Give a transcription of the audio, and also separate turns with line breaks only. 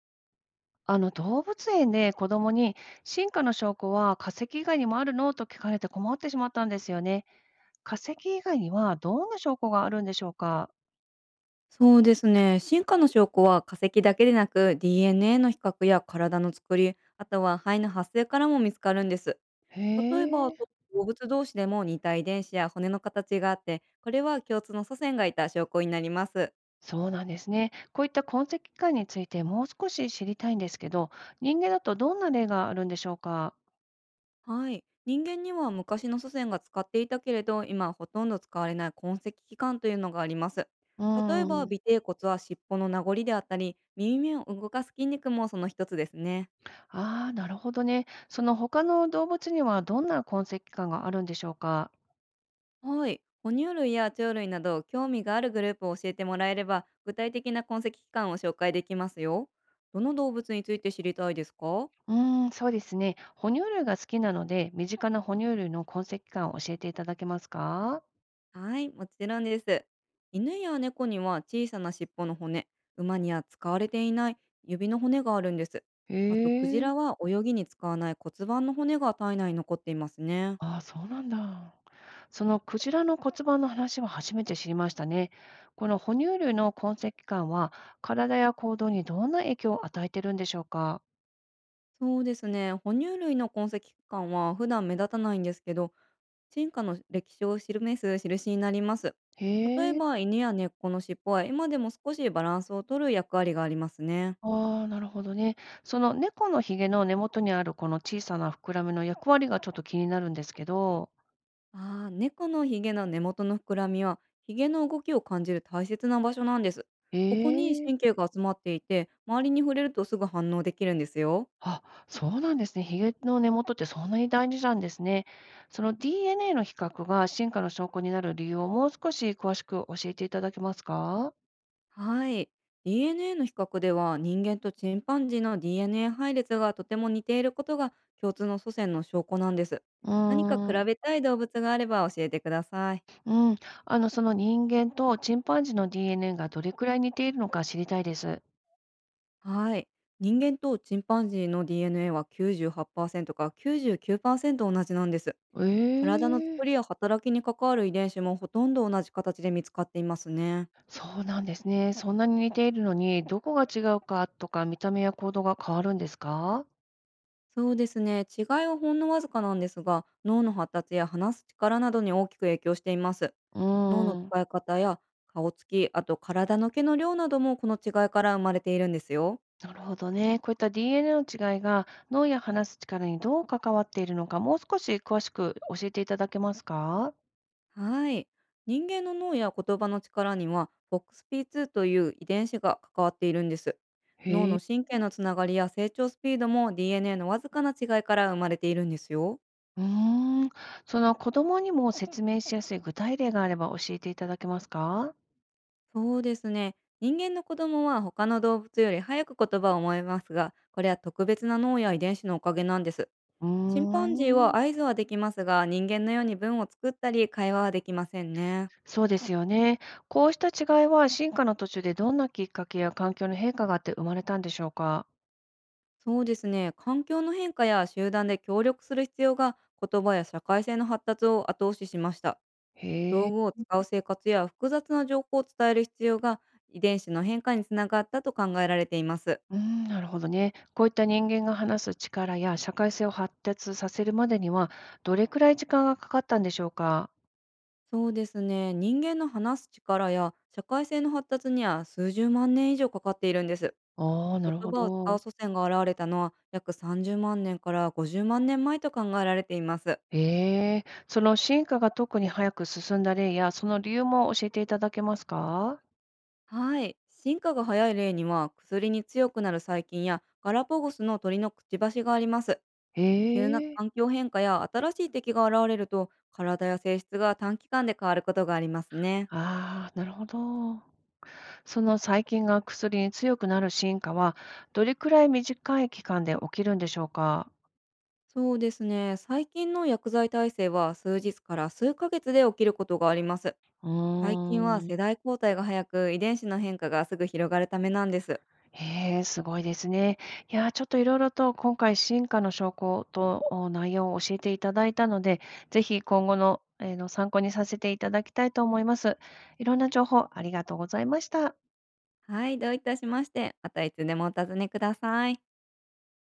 あの動物園で子供に進化の証拠は化石以外にもあるのと聞かれて困ってしまったんですよね。化石以外にはどんな証拠があるんでしょうか。
そうですね。進化の証拠は化石だけでなく DNA の比較や体の作り、あとは肺の発生からも見つかるんです。
へ
例えば
え、
動物同士でも似た遺伝子や骨の形があって、これは共通の祖先がいた証拠になります。
そうなんですね。こういった痕跡感についてもう少し知りたいんですけど、人間だとどんな例があるんでしょうか。
はい。人間には昔の祖先が使っていたけれど、今はほとんど使われない痕跡器官というのがあります。
う
例え
ー
ば尾
ん。
てい骨は尻尾の名残であったり、耳を動かす筋肉もその一つですね。
ああ、なるほどね。その他の動物にはどんな痕跡感があるんでしょうか。
はい。哺乳類や鳥類など興味があるグループを教えてもらえれば、具体的な痕跡期間を紹介できますよ。どの動物について知りたいですか？
うーん、そうですね。哺乳類が好きなので、身近な哺乳類の痕跡感を教えていただけますか。
はい、もちろんです。犬や猫には小さな尻尾の骨、馬には使われていない指の骨があるんです。
へ
あと、クジ
え、
ラは泳ぎに使わない骨盤の骨が体内に残っていますね。
ああ、そうなんだ。そのクジラの骨盤の話は初めて知りましたね。この哺乳類の痕跡感は、体や行動にどんな影響を与えてるんでしょうか。
そうですね。哺乳類の痕跡期間は普段目立たないんですけど、進化の歴史を示す印になります。
へ
例え
え、
ば犬や猫の尻尾は今でも少しバランスを取る役割がありますね。
ああ、なるほどね。その猫のひげの根元にあるこの小さな膨らみの役割がちょっと気になるんですけど。
ああ、猫のヒゲの根元の膨らみはヒゲの動きを感じる大切な場所なんです。
へ
ここに
え。
神経が集まっていて、周りに触れるとすぐ反応できるんですよ。
あ、そうなんですね。ヒゲの根元ってそんなに大事なんですね。その DNA の比較が進化の証拠になる理由をもう少し詳しく教えていただけますか。
はい。DNA の比較では、人間とチンパンジーの DNA 配列がとても似ていることが共通の祖先の証拠なんです。
うー
何か比
ん、
べたい動物があれば教えてください。
うん。あの、その人間とチンパンジーの DNA がどれくらい似ているのか知りたいです。
はい。人間とチンパンジーの DNA は98%から99%同じなんです。
え
体の
え、
作りや働きに関わる遺伝子もほとんど同じ形で見つかっていますね。
そうなんですね。そんなに似ているのに、どこが違うかとか、見た目や行動が変わるんですか。
そうですね。違いはほんのわずかなんですが、脳の発達や話す力などに大きく影響しています。
う
脳の
ーん。
使い方や顔つき、あと体の毛の量などもこの違いから生まれているんですよ。
なるほどね。こういった DNA の違いが脳や話す力にどう関わっているのか、もう少し詳しく教えていただけますか。
はい。人間の脳や言葉の力には FOXP2 という遺伝子が関わっているんです。脳
へえ。
の神経のつながりや成長スピードも DNA のわずかな違いから生まれているんですよ。
うーん。その子供にも説明しやすい具体例があれば教えていただけますか。
そうですね。人間の子供は他の動物より早く言葉を覚えますが、これは特別な脳や遺伝子のおかげなんです。
うー
チンパンジーは
ん。
合図はできますが、人間のように文を作ったり会話はできませんね。
そうですよね。こうした違いは進化の途中でどんなきっかけや環境の変化があって生まれたんでしょうか。
そうですね。環境の変化や集団で協力する必要が言葉や社会性の発達を後押ししました。
へ
道
え。
具を使う生活や複雑な情報を伝える必要が遺伝子の変化につながったと考えられています。
うーん、なるほどね。こういった人間が話す力や社会性を発達させるまでには、どれくらい時間がかかったんでしょうか？
そうですね。人間の話す力や社会性の発達には数十万年以上かかっているんです。
ああ、なる
言
ほ
葉を使う
ど。
祖先が現れたのは約30万年から50万年前と考えられています。
ええ、その進化が特に早く進んだ例や、その理由も教えていただけますか？
はい。進化が早い例には、薬に強くなる細菌やガラパゴスの鳥のくちばしがあります。急な
ええ、
環境変化や新しい敵が現れると、体や性質が短期間で変わることがありますね。
ああ、なるほど。その細菌が薬に強くなる進化は、どれくらい短い期間で起きるんでしょうか？
そうですね。最近の薬剤耐性は数日から数ヶ月で起きることがあります。
う
最
ー
近は世
ん。
代交代が早く、遺伝子の変化がすぐ広がるためなんです。
へえ、すごいですね。いやー、ちょっといろいろと今回進化の証拠とお内容を教えていただいたので、ぜひ今後の、参考にさせていただきたいと思います。いろんな情報ありがとうございました。
はい、どういたしまして。またいつでもお尋ねください。